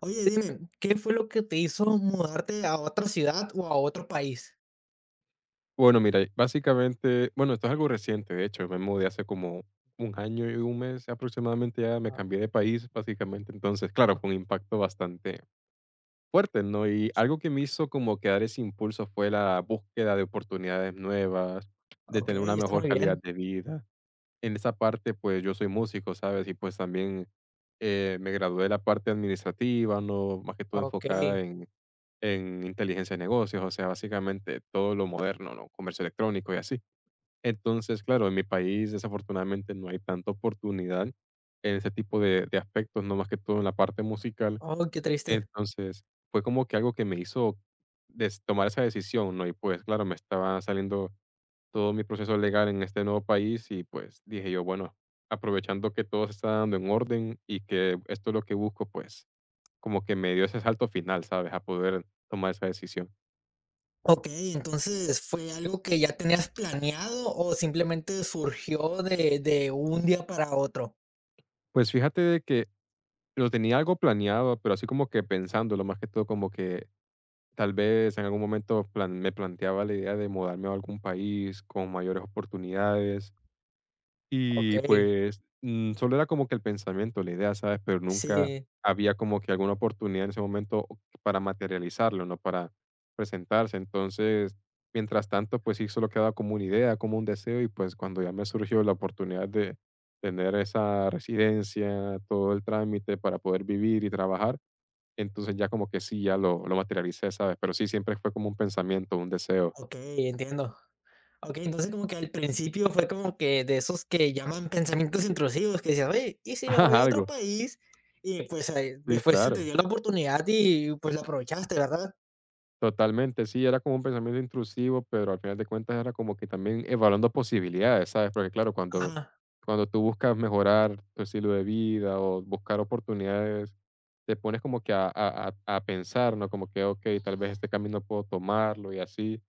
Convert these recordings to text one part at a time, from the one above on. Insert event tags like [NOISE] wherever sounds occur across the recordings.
Oye, dime, ¿qué fue lo que te hizo mudarte a otra ciudad o a otro país? Bueno, mira, básicamente, bueno, esto es algo reciente, de hecho, me mudé hace como un año y un mes aproximadamente, ya me cambié de país, básicamente, entonces, claro, fue un impacto bastante fuerte, ¿no? Y algo que me hizo como quedar ese impulso fue la búsqueda de oportunidades nuevas, de Ok, tener una está mejor muy calidad bien. de vida. En esa parte, pues yo soy músico, ¿sabes? Y pues también me gradué de la parte administrativa, ¿no? Más que todo Ok. enfocada en inteligencia de negocios, o sea, básicamente todo lo moderno, ¿no? Comercio electrónico y así. Entonces, claro, en mi país desafortunadamente no hay tanta oportunidad en ese tipo de aspectos, no más que todo en la parte musical. Oh, qué triste. Entonces, fue como que algo que me hizo tomar esa decisión, ¿no? Y pues, claro, me estaba saliendo todo mi proceso legal en este nuevo país y pues dije yo, bueno, aprovechando que todo se está dando en orden y que esto es lo que busco, pues como que me dio ese salto final, ¿sabes? A poder tomar esa decisión. Ok, entonces, ¿fue algo que ya tenías planeado o simplemente surgió de un día para otro? Pues fíjate de que lo tenía algo planeado, pero así como que pensándolo, más que todo como que tal vez en algún momento me planteaba la idea de mudarme a algún país con mayores oportunidades Ok, y pues solo era como que el pensamiento, la idea, ¿sabes? Pero nunca sí, había como que alguna oportunidad en ese momento para materializarlo, ¿no? Para presentarse. Entonces, mientras tanto, pues sí, solo quedaba como una idea, como un deseo y pues cuando ya me surgió la oportunidad de tener esa residencia, todo el trámite para poder vivir y trabajar entonces ya como que sí, ya lo materialicé, ¿sabes? Pero sí, siempre fue como un pensamiento, un deseo. ok, entiendo. Ok, entonces como que al principio fue como que de esos que llaman pensamientos intrusivos, que decías, oye, ¿y si me voy [LAUGHS] a otro Algo. país? Y pues Sí, después se te claro. dio la oportunidad y pues la aprovechaste, ¿verdad? Totalmente, sí, era como un pensamiento intrusivo, pero al final de cuentas era como que también evaluando posibilidades, ¿sabes? Porque claro, cuando Ajá. cuando tú buscas mejorar tu estilo de vida o buscar oportunidades, te pones como que a pensar, ¿no? Como que, okey, tal vez este camino puedo tomarlo y así.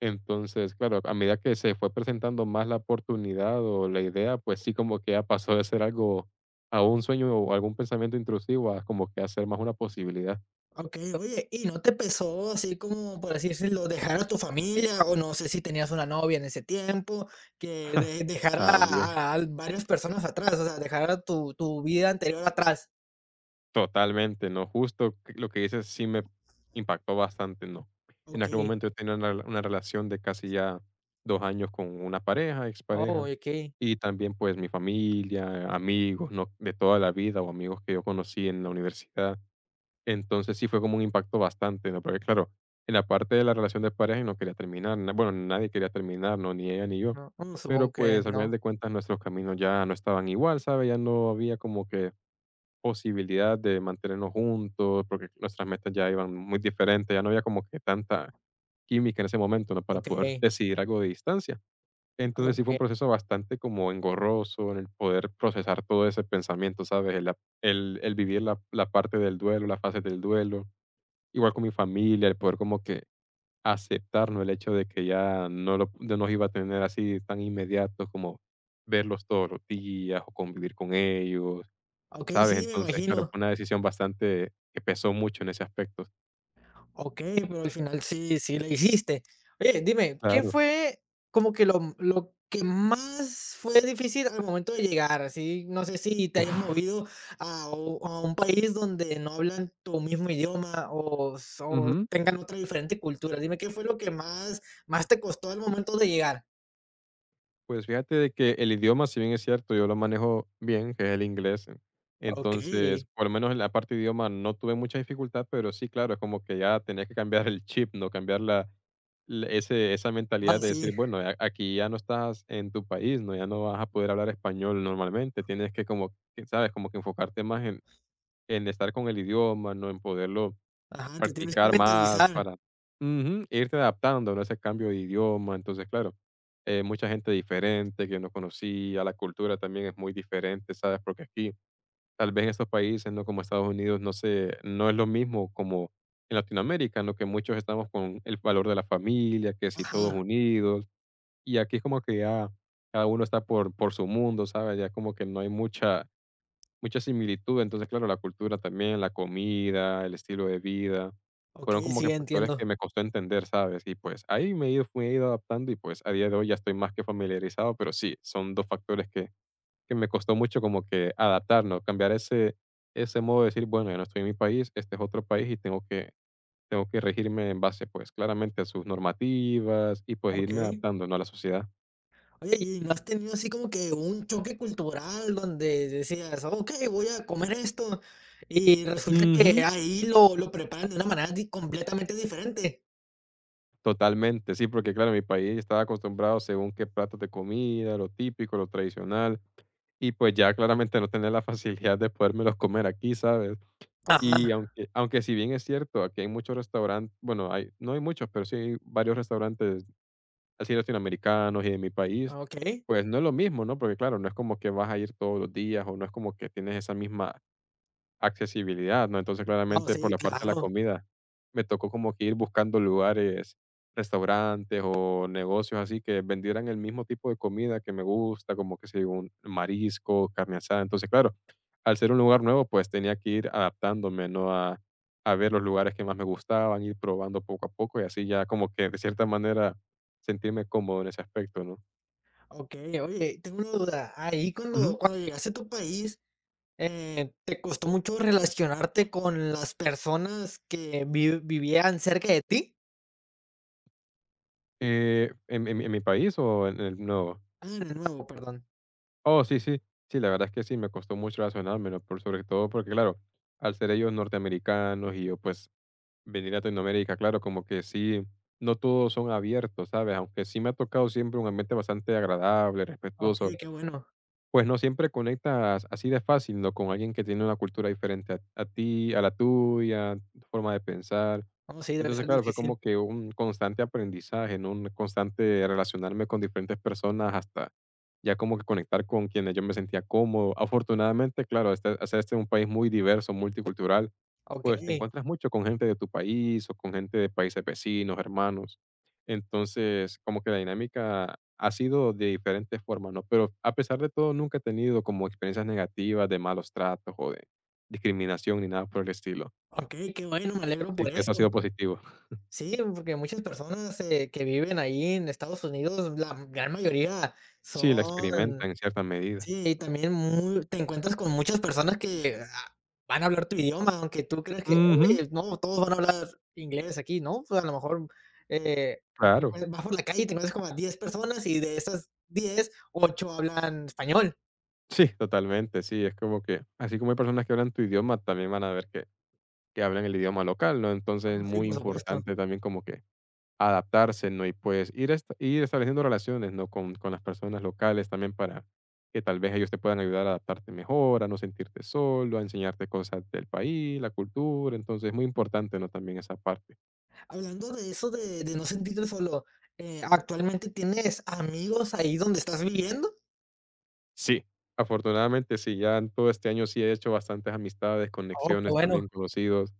Entonces, claro, a medida que se fue presentando más la oportunidad o la idea, pues sí como que ya pasó de ser algo a un sueño o algún pensamiento intrusivo a como que hacer más una posibilidad. Okey, oye, ¿y no te pesó así como, por así decirlo, dejar a tu familia? O no sé si tenías una novia en ese tiempo, que de dejar También. a varias personas atrás, o sea, dejar a tu vida anterior atrás. Totalmente, ¿no? Lo que dices sí me impactó bastante, ¿no? En aquel Okey. momento yo tenía una, una relación de casi ya dos años con una pareja, Oh, expareja, okey. y también pues mi familia, amigos, ¿no? De toda la vida o amigos que yo conocí en la universidad. Entonces, sí fue como un impacto bastante, ¿no? Porque claro, en la parte de la relación de pareja no quería terminar, bueno, nadie quería terminar, ¿no? Ni ella ni yo. No, mm, Pero supongo que pues al final no. de cuentas nuestros caminos ya no estaban igual, ¿sabes? Ya no había como que posibilidad de mantenernos juntos, porque nuestras metas ya iban muy diferentes, ya no había como que tanta química en ese momento, ¿no? Para poder Okey, decidir algo de distancia. Entonces, sí fue un okey, proceso bastante como engorroso en el poder procesar todo ese pensamiento, ¿sabes? El ap el vivir la parte del duelo, la fase del duelo, igual con mi familia, el poder como que aceptar, ¿no? El hecho de que ya no los iba a tener así tan inmediatos como verlos todos los días o convivir con ellos, okey, ¿sabes? sí, me Entonces, claro, imagino. fue una decisión bastante que pesó mucho en ese aspecto. Okey, pero al final sí, sí le hiciste. Oye, dime, ¿qué Claro. fue como que lo que más fue difícil al momento de llegar? Así, no sé si te hayas Uf. movido a un país donde no hablan tu mismo idioma o Ujú. tengan otra diferente cultura. Dime, ¿qué fue lo que más te costó al momento de llegar? Pues fíjate de que el idioma, si bien es cierto, yo lo manejo bien, que es el inglés. Entonces, Okey. por lo menos en la parte de idioma no tuve mucha dificultad, pero sí, claro, es como que ya tenía que cambiar el chip, ¿no? Cambiar ese, esa Ah, mentalidad de decir, sí. bueno, aquí ya no estás en tu país, ¿no? Ya no vas a poder hablar español normalmente. Tienes que como, que, ¿sabes? Como que enfocarte más en estar con el idioma, ¿no? En poderlo Ajá, te tienes que practicar más mentalizar. para ujú, irte adaptando, ¿no? Ese cambio de idioma. Entonces, claro, mucha gente diferente que no conocía, la cultura también es muy diferente, ¿sabes? Porque aquí, tal vez en estos países, ¿no? Como Estados Unidos, no sé, no es lo mismo como en Latinoamérica, en lo que muchos estamos con el valor de la familia, que si todos Ajá. unidos, y aquí es como que ya cada uno está por su mundo, ¿sabes? Ya como que no hay mucha similitud. Entonces, claro, la cultura también, la comida, el estilo de vida, fueron Okey, como sí, que factores que entiendo. me costó entender, ¿sabes? Y pues ahí me he ido adaptando y pues a día de hoy ya estoy más que familiarizado, pero sí, son dos factores que me costó mucho como que adaptarnos, cambiar ese modo de decir, bueno, ya no estoy en mi país, este es otro país y tengo que regirme en base pues claramente a sus normativas y pues irme Okey. adaptando, ¿no? A la sociedad. Oye, ¿y no has tenido así como que un choque cultural donde decías, ok, voy a comer esto, y resulta que Ujú. ahí lo preparan de una manera completamente diferente? Totalmente, sí, porque claro, mi país estaba acostumbrado según qué platos de comida, lo típico, lo tradicional, y pues ya claramente no tener la [LAUGHS] facilidad de podérmelos comer aquí, ¿sabes? Y Ajá. aunque si bien es cierto, aquí hay muchos restaurantes, bueno, hay no hay muchos, pero sí hay varios restaurantes así latinoamericanos y de mi país, Ajá, ok. pues no es lo mismo, ¿no? Porque claro, no es como que vas a ir todos los días o no es como que tienes esa misma accesibilidad, ¿no? Entonces, No, claramente, por sí, la parte de la claro. comida, me tocó como que ir buscando lugares, restaurantes o negocios así que vendieran el mismo tipo de comida que me gusta, como que sea un marisco, carne asada. Entonces, claro, al ser un lugar nuevo, pues tenía que ir adaptándome, ¿no? A ver los lugares que más me gustaban, ir probando poco a poco y así ya como que de cierta manera sentirme cómodo en ese aspecto, ¿no? Ok, oye, tengo una duda. Ahí Ujú. cuando llegaste a tu país, ¿te costó mucho relacionarte con las personas que vivían cerca de ti? ¿Eh, en mi país o en el nuevo? Ah, de nuevo, perdón. Oh, sí, sí. Sí, la verdad es que sí, me costó mucho relacionármelo, por sobre todo porque, claro, al ser ellos norteamericanos y yo, pues, venir a Latinoamérica, claro, como que sí, no todos son abiertos, ¿sabes? Aunque sí me ha tocado siempre un ambiente bastante agradable, Ok, respetuoso, qué bueno. pues no siempre conectas así de fácil, ¿no? Con alguien que tiene una cultura diferente a ti, a la tuya, tu forma de pensar. No, sí, debe Entonces, ser claro, fue difícil. como que un constante aprendizaje, ¿no? Un constante relacionarme con diferentes personas hasta ya como que conectar con quienes yo me sentía cómodo. Afortunadamente, claro, este, al ser este un país muy diverso, multicultural, Ok, pues te encuentras mucho con gente de tu país o con gente de países vecinos, hermanos. Entonces, como que la dinámica ha sido de diferentes formas, ¿no? Pero a pesar de todo, nunca he tenido como experiencias negativas de malos tratos o de discriminación ni nada por el estilo. ok, qué bueno, me alegro por Sí, que eso ha eso. sido positivo. Sí, porque muchas personas, que viven ahí en Estados Unidos, la gran mayoría son Sí, la experimenta en cierta medida. sí, y también muy te encuentras con muchas personas que, van a hablar tu idioma, aunque tú creas que: Ujú, "Oye, no, todos van a hablar inglés aquí", ¿no? Pues, a lo mejor, te claro. Vas por la calle y te encuentras como a 10 personas y de esas 10 8 hablan español. Sí, totalmente, sí, es como que, así como hay personas que hablan tu idioma, también van a ver que hablan el idioma local, ¿no? Ah, Entonces, es sí, muy por supuesto. importante también como que adaptarse, ¿no? Y pues ir estableciendo relaciones, ¿no? Con las personas locales también para que tal vez ellos te puedan ayudar a adaptarte mejor, a no sentirte solo, a enseñarte cosas del país, la cultura. Entonces, es muy importante, ¿no? También esa parte. Hablando de eso de no sentirte solo, ¿actualmente tienes amigos ahí donde estás viviendo? Sí, afortunadamente sí, ya en todo este año sí he hecho bastantes amistades, Oh, qué conexiones, bueno. también conocidos.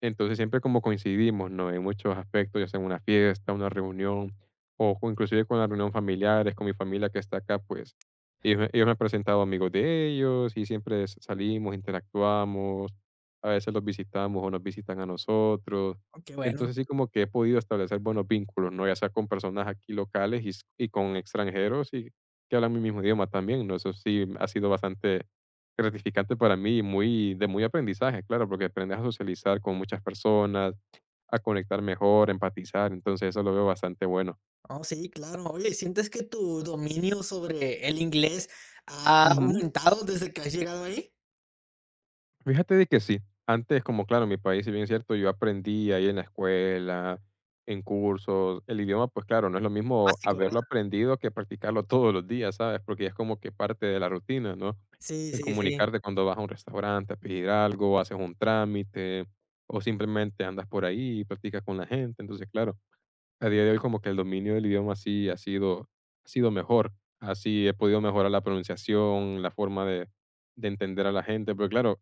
Entonces siempre como coincidimos, ¿no? En muchos aspectos, ya sea en una fiesta, una reunión, o inclusive con la reunión familiares, con mi familia que está acá, pues ellos me han presentado amigos de ellos y siempre salimos, interactuamos, a veces los visitamos o nos visitan a nosotros. Oh, qué bueno. Entonces sí como que he podido establecer buenos vínculos, ¿no? Ya sea con personas aquí locales y con extranjeros y que hablan mi mismo idioma también, ¿no? Eso sí ha sido bastante gratificante para mí y muy de muy aprendizaje, claro, porque aprendes a socializar con muchas personas, a conectar mejor, empatizar, entonces eso lo veo bastante bueno. Oh, sí, claro. Oye, ¿sientes que tu dominio sobre el inglés ha Ujú. aumentado desde que has llegado ahí? Fíjate de que sí, antes como claro, en mi país, si bien es cierto, yo aprendí ahí en la escuela, en cursos, el idioma, pues claro, no es lo mismo Básico, ¿verdad? haberlo aprendido que practicarlo [LAUGHS] todos los días, ¿sabes? Porque es como que parte de la rutina, ¿no? Sí, El sí, sí. comunicarte cuando vas a un restaurante a pedir algo, haces un trámite o simplemente andas por ahí y practicas con la gente, entonces claro. A día de hoy como que el dominio del idioma sí ha sido mejor. Así he podido mejorar la pronunciación, la forma de entender a la gente, pero claro,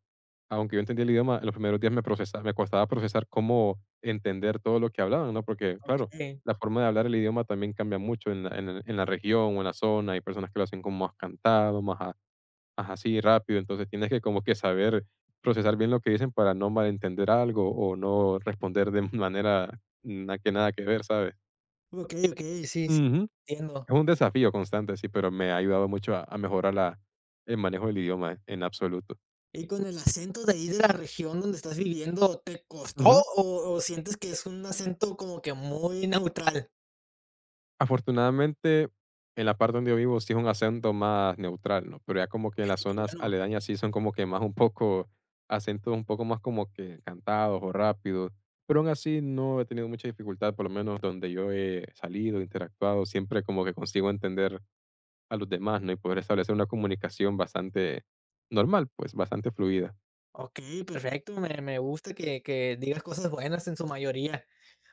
aunque yo entendía el idioma, en los primeros días me costaba procesar cómo entender todo lo que hablaban, ¿no? Porque, claro, Okey. la forma de hablar el idioma también cambia mucho en la región o en la zona. Hay personas que lo hacen como más cantado, más así, rápido. Entonces, tienes que como que saber procesar bien lo que dicen para no malentender algo o no responder de [LAUGHS] manera na que nada que ver, ¿sabes? Okey, okey, sí, sí, Ujú. entiendo. Es un desafío constante, sí, pero me ha ayudado mucho a mejorar el manejo del idioma en absoluto. Y con el acento de ahí de la región donde estás viviendo, ¿te costó Ujú. O sientes que es un acento como que muy neutral? Afortunadamente, en la parte donde yo vivo sí es un acento más neutral, ¿no? Pero ya como que en las Okey, qué zonas bueno. aledañas sí son como que más un poco, acentos un poco más como que cantados o rápidos. Pero aún así no he tenido mucha dificultad, por lo menos donde yo he salido, interactuado, siempre como que consigo entender a los demás, ¿no? Y poder establecer una comunicación bastante normal, pues bastante fluida. Okey, perfecto. Me gusta que digas cosas buenas en su mayoría.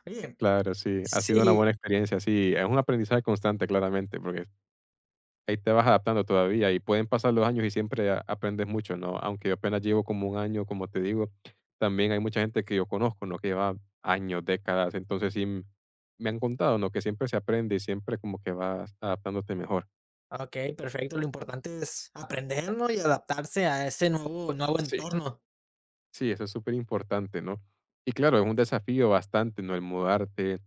Oye, Claro, sí, ha sido una sí. buena experiencia, sí, es un aprendizaje constante claramente, porque ahí te vas adaptando todavía y pueden pasar los años y siempre aprendes mucho, ¿no? Aunque yo apenas llevo como un año, como te digo, también hay mucha gente que yo conozco, ¿no? Que lleva años, décadas, entonces sí me han contado, ¿no? Que siempre se aprende y siempre como que vas adaptándote mejor. Okey, perfecto. Lo importante es aprender, ¿no? Y adaptarse a ese nuevo Sí. entorno. Sí, eso es súper importante, ¿no? Y claro, es un desafío bastante, ¿no? El mudarte,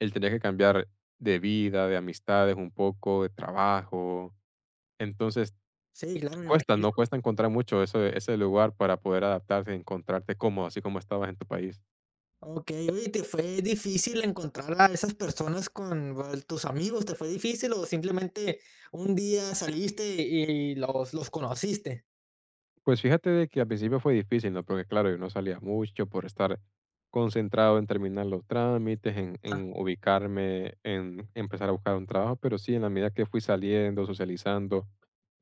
el tener que cambiar de vida, de amistades un poco, de trabajo. Entonces, Sí, claro, me cuesta, imagino. ¿no? Cuesta encontrar mucho eso, ese lugar para poder adaptarse, encontrarte cómodo, así como estabas en tu país. Okey, oye, te fue difícil encontrar a esas personas con val tus amigos? ¿Te fue difícil o simplemente un día saliste y los conociste? Pues fíjate de que al principio fue difícil, ¿no? Porque claro, yo no salía mucho por estar concentrado en terminar los trámites, Ah, en ubicarme, en empezar a buscar un trabajo, pero sí, en la medida que fui saliendo, socializando,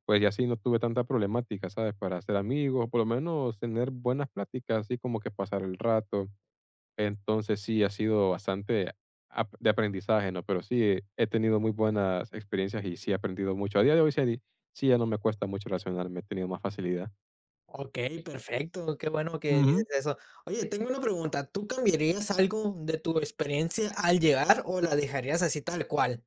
pues ya así no tuve tanta problemática, ¿sabes? Para hacer amigos, o por lo menos tener buenas pláticas, así como que pasar el rato. Entonces sí, ha sido bastante de aprendizaje, ¿no? Pero sí, he tenido muy buenas experiencias y sí he aprendido mucho. A día de hoy sí, sí ya no me cuesta mucho relacionarme, he tenido más facilidad. okey, perfecto. Qué bueno que dices Ujú. eso. Oye, tengo una pregunta, ¿tú cambiarías algo de tu experiencia al llegar o la dejarías así tal cual?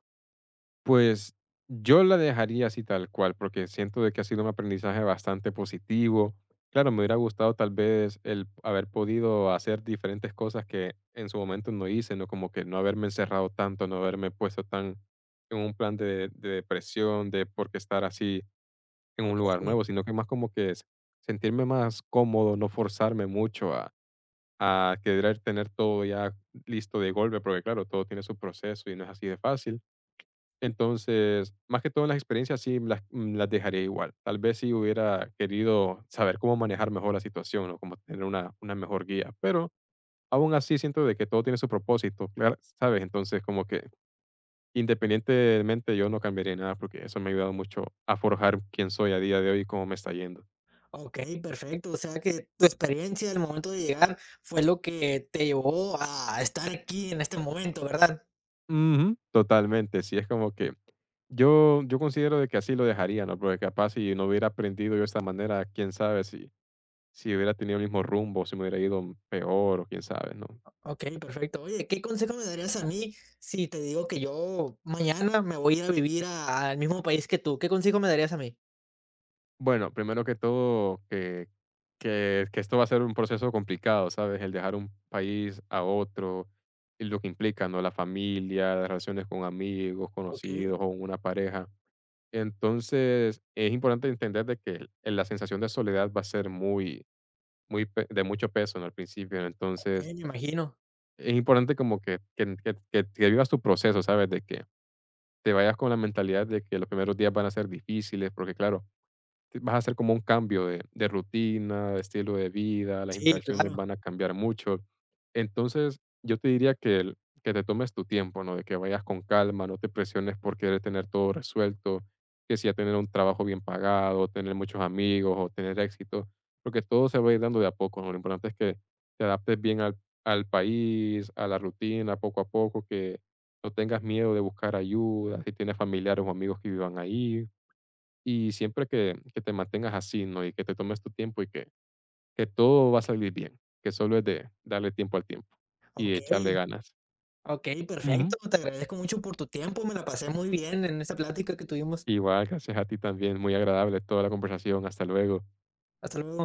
Pues, yo la dejaría así tal cual, porque siento de que ha sido un aprendizaje bastante positivo. Claro, me hubiera gustado tal vez el haber podido hacer diferentes cosas que en su momento no hice, ¿no? Como que no haberme encerrado tanto, no haberme puesto tan en un plan de depresión, de por qué estar así en un lugar Okey. nuevo, sino que más como que es sentirme más cómodo, no forzarme mucho a querer tener todo ya listo de golpe, porque claro, todo tiene su proceso y no es así de fácil. Entonces, más que todo en las experiencias sí las dejaría igual. Tal vez sí hubiera querido saber cómo manejar mejor la situación o cómo tener una mejor guía, pero aún así siento de que todo tiene su propósito, claro, ¿sabes? Entonces, como que independientemente yo no cambiaría nada porque eso me ha ayudado mucho a forjar quién soy a día de hoy y cómo me está yendo. Ok, perfecto. O sea que tu experiencia al momento de llegar fue lo que te llevó a estar aquí en este momento, ¿verdad? Ujú. Totalmente, sí, es como que yo considero de que así lo dejaría, ¿no? Porque capaz si no hubiera aprendido yo de esta manera, quién sabe si hubiera tenido el mismo rumbo, si me hubiera ido peor o quién sabe, ¿no? Ok, perfecto. Oye, ¿qué consejo me darías a mí si te digo que yo mañana me voy a ir a vivir al mismo país que tú? ¿Qué consejo me darías a mí? Bueno, primero que todo, que esto va a ser un proceso complicado, ¿sabes? El dejar un país a otro y lo que implica, ¿no? La familia, las relaciones con amigos, Ok, conocidos o una pareja. Entonces, es importante entender de que la sensación de soledad va a ser muy, muy de mucho peso, ¿no? Al principio. ok, Entonces, me imagino. es importante como que, que vivas tu proceso, ¿sabes? De que te vayas con la mentalidad de que los primeros días van a ser difíciles, porque claro, vas a hacer como un cambio de rutina, de estilo de vida, las Sí, interacciones claro. van a cambiar mucho. Entonces, yo te diría que te tomes tu tiempo, ¿no? De que vayas con calma, no te presiones por querer tener todo resuelto, que si ya tener un trabajo bien pagado, tener muchos amigos o tener éxito, porque todo se va a ir dando de a poco, ¿no? Lo importante es que te adaptes bien al país, a la rutina, poco a poco, que no tengas miedo de buscar ayuda, si tienes familiares o amigos que vivan ahí, y siempre que te mantengas así, ¿no? Y que te tomes tu tiempo que todo va a salir bien, que solo es de darle tiempo al tiempo y Ok, echarle ganas. ok, Ujú. perfecto. Te agradezco mucho por tu tiempo. Me la pasé muy bien en esta plática que tuvimos. Igual, gracias a ti también, muy agradable toda la conversación, hasta luego. Hasta luego.